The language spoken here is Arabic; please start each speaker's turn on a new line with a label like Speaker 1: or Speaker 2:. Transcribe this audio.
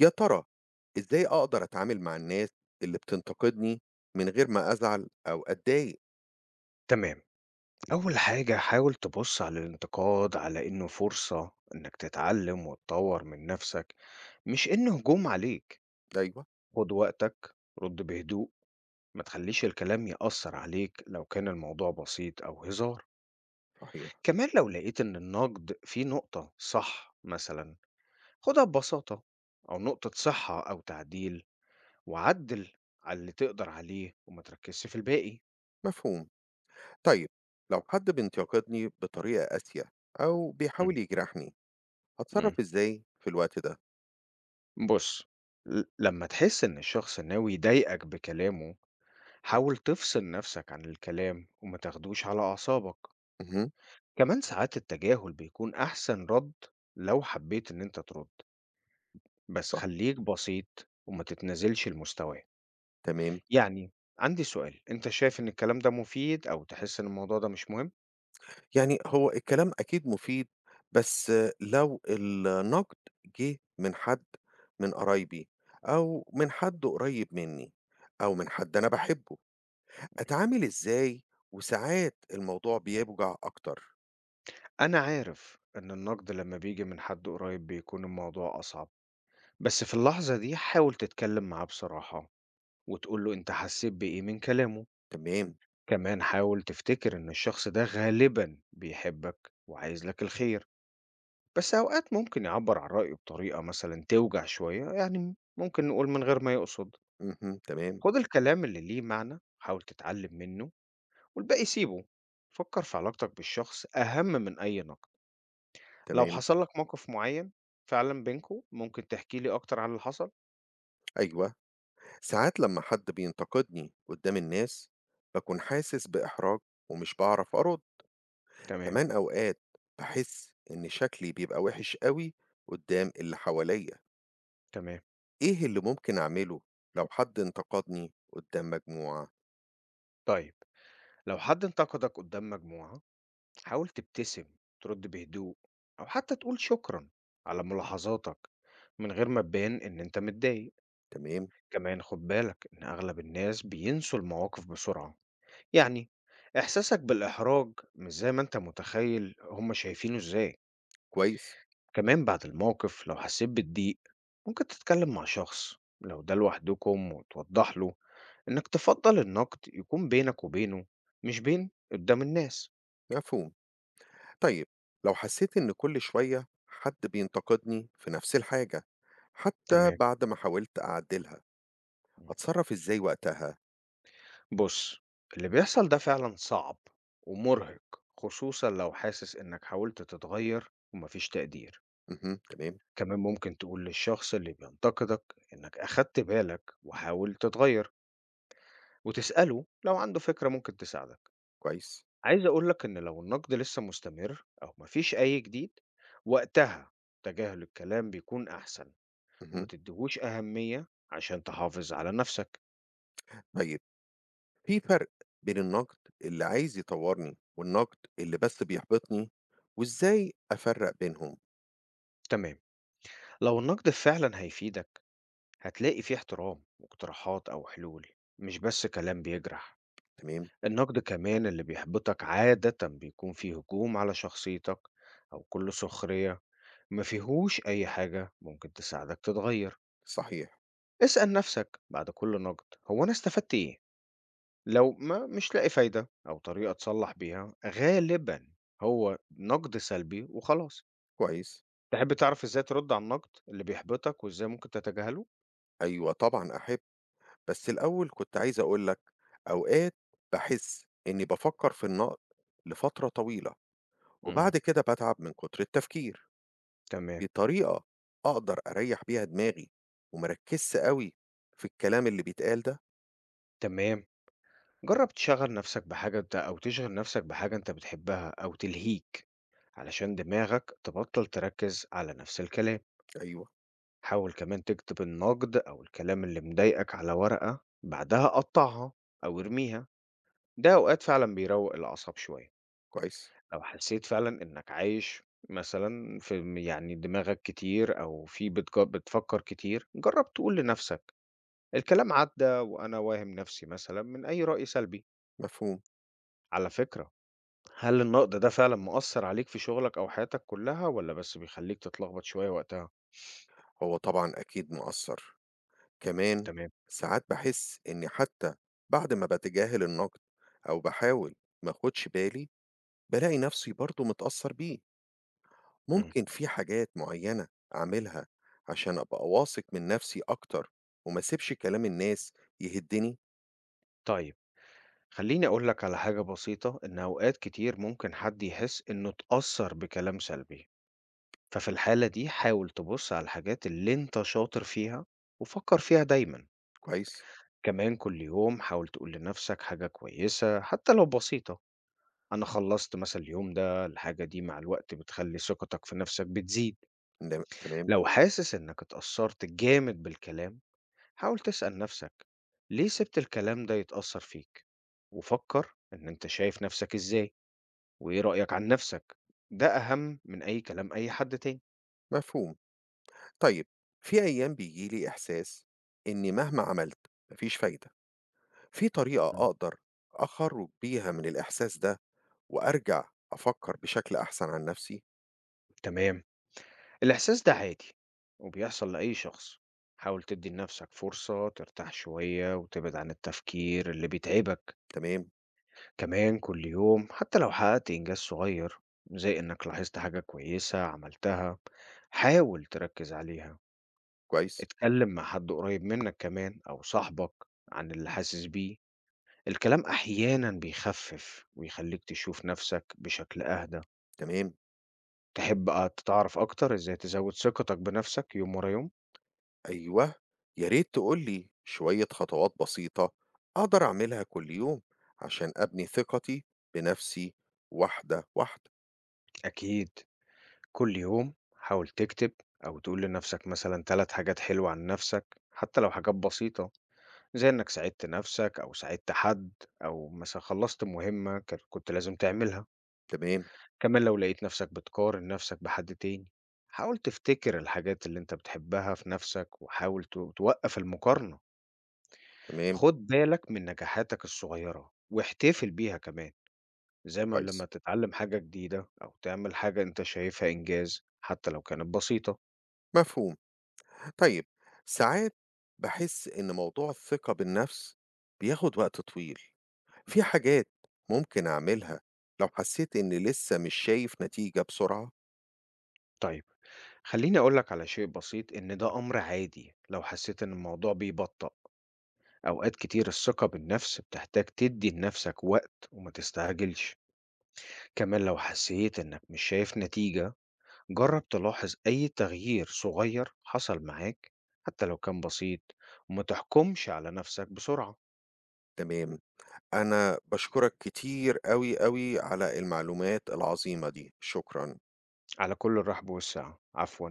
Speaker 1: يا ترى إزاي أقدر أتعامل مع الناس اللي بتنتقدني من غير ما أزعل أو أتضايق؟
Speaker 2: تمام. أول حاجة، حاول تبص على الانتقاد على إنه فرصة إنك تتعلم وتطور من نفسك، مش إنه هجوم عليك.
Speaker 1: أيوه.
Speaker 2: خد وقتك، رد بهدوء، ما تخليش الكلام يأثر عليك لو كان الموضوع بسيط أو هزار.
Speaker 1: صحيح.
Speaker 2: كمان لو لقيت إن النقد فيه نقطة صح مثلا، خدها ببساطة، أو نقطة صحة أو تعديل، وعدل على اللي تقدر عليه وما تركزش في الباقي.
Speaker 1: مفهوم. طيب، لو حد بينتقدني بطريقة قاسية أو
Speaker 2: مم.
Speaker 1: بيحاول يجرحني،
Speaker 2: مم.
Speaker 1: أتصرف إزاي في الوقت ده؟
Speaker 2: بُص، لمّا تحس إن الشخص ناوي يضايقك بكلامه، حاول تفصل نفسك عن الكلام وما تاخدوش على أعصابك.
Speaker 1: مهم.
Speaker 2: كمان ساعات التجاهل بيكون أحسن رَد. لو حبيت إن أنت ترد، بس
Speaker 1: صح.
Speaker 2: خلّيك بسيط وما تتنازلش لمستواه.
Speaker 1: تمام.
Speaker 2: يعني عندي سؤال، أنت شايف إن الكلام ده مفيد أو تحس إن الموضوع ده مش مهم؟
Speaker 1: يعني هو الكلام أكيد مفيد، بس لو النقد جه من حد من قرايبي أو من حد قريب مني أو من حد أنا بحبه، أتعامل إزاي؟ وساعات الموضوع بيوجع أكتر.
Speaker 2: أنا عارف إن النقد لمّا بييجي من حد قريب بيكون الموضوع أصعب، بس في اللحظة دي حاول تتكلم معاه بصراحة وتقول له أنت حسيت بإيه من كلامه.
Speaker 1: تمام،
Speaker 2: كمان حاول تفتكر إن الشخص ده غالبا بيحبك وعايز لك الخير، بس أوقات ممكن يعبر عن رأيه بطريقة مثلا توجع شوية، يعني ممكن نقول من غير ما يقصد.
Speaker 1: اهم، تمام،
Speaker 2: خد الكلام اللي ليه معنى، حاول تتعلم منه والباقي سيبه. فكر في علاقتك بالشخص، أهم من أي نقد. لو
Speaker 1: تمام،
Speaker 2: حصل لك موقف معين فعلا بينكو، ممكن تحكي لي أكتر عن اللي حصل؟
Speaker 1: أيوه. ساعات لمّا حد بينتقدني قدّام الناس، باكون حاسس بإحراج ومش باعرف أرُد.
Speaker 2: تمام.
Speaker 1: كمان أوقات باحس إن شكلي بيبقى وِحِش أوي قدّام اللي حواليّا.
Speaker 2: تمام.
Speaker 1: إيه اللي ممكن أعمله لو حد انتقدني قدّام مجموعة؟
Speaker 2: طيب، لو حد انتقدك قدام مجموعة، حاول تبتسم، ترد بهدوء، أو حتى تقول شكرا على ملاحظاتك، من غير ما تبان إن أنت متضايق.
Speaker 1: تمام،
Speaker 2: كمان خد بالك إن أغلب الناس بينسوا المواقف بسرعة، يعني إحساسك بالإحراج مش زي ما أنت متخيل هما شايفينه إزاي.
Speaker 1: كويس،
Speaker 2: كمان بعد الموقف لو حسيت بالضيق، ممكن تتكلم مع شخص لو ده لوحدكم، وتوضح له إنك تفضل النقد يكون بينك وبينه، مش بين قدام الناس.
Speaker 1: مفهوم. طيب، لو حسيت إن كل شوية حد بينتقدني في نفس الحاجة حتى
Speaker 2: تمام.
Speaker 1: بعد ما حاولت أعدلها، أتصرف إزاي وقتها؟
Speaker 2: بُص، اللي بيحصل ده فعلًا صعب ومُرهق، خصوصًا لو حاسس إنك حاولت تتغيّر وما فيش تقدير.
Speaker 1: اهم، تمام.
Speaker 2: كمان ممكن تقول للشخص اللي بينتقدك إنك أخدت بالك وحاولت تتغيّر، وتسأله لو عنده فكرة ممكن تساعدك.
Speaker 1: كويس.
Speaker 2: عايز أقول لك إن لو النقد لسه مستمر أو ما فيش أي جديد، وقتها تجاهل الكلام بيكون أحسن، وما
Speaker 1: اهم.
Speaker 2: تديهوش أهمية عشان تحافظ على نفسك.
Speaker 1: طيب، في فرق بين النقد اللي عايز يطورني والنقد اللي بس بيحبطني، وإزاي أفرق بينهم؟
Speaker 2: تمام. لو النقد فعلًا هيفيدك، هتلاقي فيه احترام واقتراحات أو حلول، مش بس كلام بيجرح.
Speaker 1: تمام.
Speaker 2: النقد كمان اللي بيحبطك عادة بيكون فيه هجوم على شخصيتك، أو كل سخرية، ما فيهوش أي حاجة ممكن تساعدك تتغير.
Speaker 1: صحيح.
Speaker 2: اسأل نفسك بعد كل نقد، هو أنا استفدت إيه؟ لو ما مش لاقي فايدة أو طريقة تصلح بيها، غالبا هو نقد سلبي وخلاص.
Speaker 1: كويس.
Speaker 2: تحب تعرف إزاي ترد على النقد اللي بيحبطك وإزاي ممكن تتجاهله؟
Speaker 1: أيوة، طبعا أحب، بس الأول كنت عايز أقولك، أوقات بحس إني بفكر في النقد لفترة طويلة
Speaker 2: مم.
Speaker 1: وبعد كده باتعب من كتر التفكير.
Speaker 2: تمام.
Speaker 1: في طريقة أقدر أريّح بيها دماغي وما أركّزش أوي في الكلام اللي بيتقال ده؟
Speaker 2: تمام، جرب تشغل نفسك بحاجة انت، او تشغل نفسك بحاجة انت بتحبها او تلهيك، علشان دماغك تبطل تركز على نفس الكلام.
Speaker 1: أيوه،
Speaker 2: حاول كمان تكتب النقد او الكلام اللي مضايقك على ورقة، بعدها قطعها او ارميها. ده اوقات فعلا بيروق الاعصاب شوية.
Speaker 1: كويس،
Speaker 2: لو حسيت فعلا انك عايش مثلا في، يعني دماغك كتير، او في بتفكر كتير، جرب تقول لنفسك الكلام عدى وانا واهم نفسي مثلا من اي رأي سلبي.
Speaker 1: مفهوم.
Speaker 2: على فكرة، هل النقد ده فعلًا مأثّر عليك في شغلك أو حياتك كلّها، والّا بس بيخلّيك تتلخبط شوية وقتها؟
Speaker 1: هو طبعًا أكيد مأثّر. كمان
Speaker 2: تمام.
Speaker 1: ساعات باحس إني حتّى بعد ما باتجاهل النقد أو باحاول ما آخُدش بالي، بالاقي نَفْسي برضه متأثّر بيه.
Speaker 2: إمم.
Speaker 1: ممكن في حاجات معيّنة أعملها عشان أبقى واثق من نَفْسي أكتر وما أسيبش كلام الناس يهدّني؟
Speaker 2: طيب، خلّيني أقول لك على حاجة بسيطة، إن أوقات كتير ممكن حد يحس إنه اتأثّر بكلام سلبي، ففي الحالة دي حاول تبُص على الحاجات اللي أنت شاطر فيها وفكّر فيها دايمًا.
Speaker 1: كويس،
Speaker 2: كمان كل يوم حاول تقول لنَفْسك حاجة كويسة حتى لو بسيطة، أنا خلّصت مثلًا اليوم ده، الحاجة دي مع الوقت بتخلّي ثقتك في نَفْسك بتزيد.
Speaker 1: تم تمام.
Speaker 2: لو حاسس إنك اتأثّرت جامد بالكلام، حاول تسأل نفسك ليه سبت الكلام ده يتأثر فيك، وفكر إن أنت شايف نفسك إزاي وإيه رأيك عن نفسك. ده أهم من أي كلام أي حد تاني.
Speaker 1: مفهوم. طيب، في أيام بييجي لي إحساس إني مهما عملت ما فيش فايدة، في طريقة
Speaker 2: مم.
Speaker 1: أقدر أخرّج بيها من الإحساس ده وأرجع أفكّر بشكل أحسن عن نفسي؟
Speaker 2: تمام. الإحساس ده عادي وبيحصل لأي شخص. حاول تدي لنفسك فرصة ترتاح شوية وتبعد عن التفكير اللي بيتعبك.
Speaker 1: تمام،
Speaker 2: كمان كل يوم حتى لو حققت إنجاز صغير، زي إنك لاحظت حاجة كويسة عملتها، حاول تركز عليها.
Speaker 1: كويس،
Speaker 2: اتكلم مع حد قريب منك كمان أو صاحبك عن اللي حاسس بيه، الكلام أحيانا بيخفف ويخليك تشوف نفسك بشكل أهدى.
Speaker 1: تمام،
Speaker 2: تحب تتعرف أكتر إزاي تزود ثقتك بنفسك يوم ورا يوم؟
Speaker 1: أيوه، يا ريت تقول لي شوية خطوات بسيطة أقدر أعملها كل يوم عشان أبني ثقتي بنفسي واحدة، واحدة.
Speaker 2: أكيد. كل يوم حاول تكتب أو تقول لنفسك مثلا ثلاث حاجات حلوة عن نفسك حتى لو حاجات بسيطة، زي إنك ساعدت نفسك أو ساعدت حد، أو مثلا خلصت مهمة كنت لازم تعملها.
Speaker 1: تمام،
Speaker 2: كمان لو لقيت نفسك بتقارن نفسك بحد تاني، حاول تفتكر الحاجات اللي انت بتحبها في نفسك وحاول توقف المقارنة.
Speaker 1: تمام،
Speaker 2: خد بالك من نجاحاتك الصغيرة واحتفل بيها كمان، زي ما لما
Speaker 1: كويس،
Speaker 2: تتعلم حاجة جديدة أو تعمل حاجة انت شايفها إنجاز حتى لو كانت بسيطة.
Speaker 1: مفهوم. طيب، ساعات باحس إن موضوع الثقة بالنفس بياخد وقت طويل،
Speaker 2: مم.
Speaker 1: في حاجات ممكن أعملها لو حسيت إني لسه مش شايف نتيجة بسرعة؟
Speaker 2: طيب، خليني أقولك على شيء بسيط، إن ده أمر عادي لو حسيت إن الموضوع بيبطأ. أوقات كتير الثقة بالنفس بتحتاج تدي لنفسك وقت وما تستعجلش. كمان لو حسيت إنك مش شايف نتيجة، جرب تلاحظ أي تغيير صغير حصل معاك حتى لو كان بسيط، وما تحكمش على نفسك بسرعة.
Speaker 1: تمام، أنا باشكرك كتير أوي، أوي على المعلومات العظيمة دي، شكرًا.
Speaker 2: على كل الرحب والسعة، عفوا.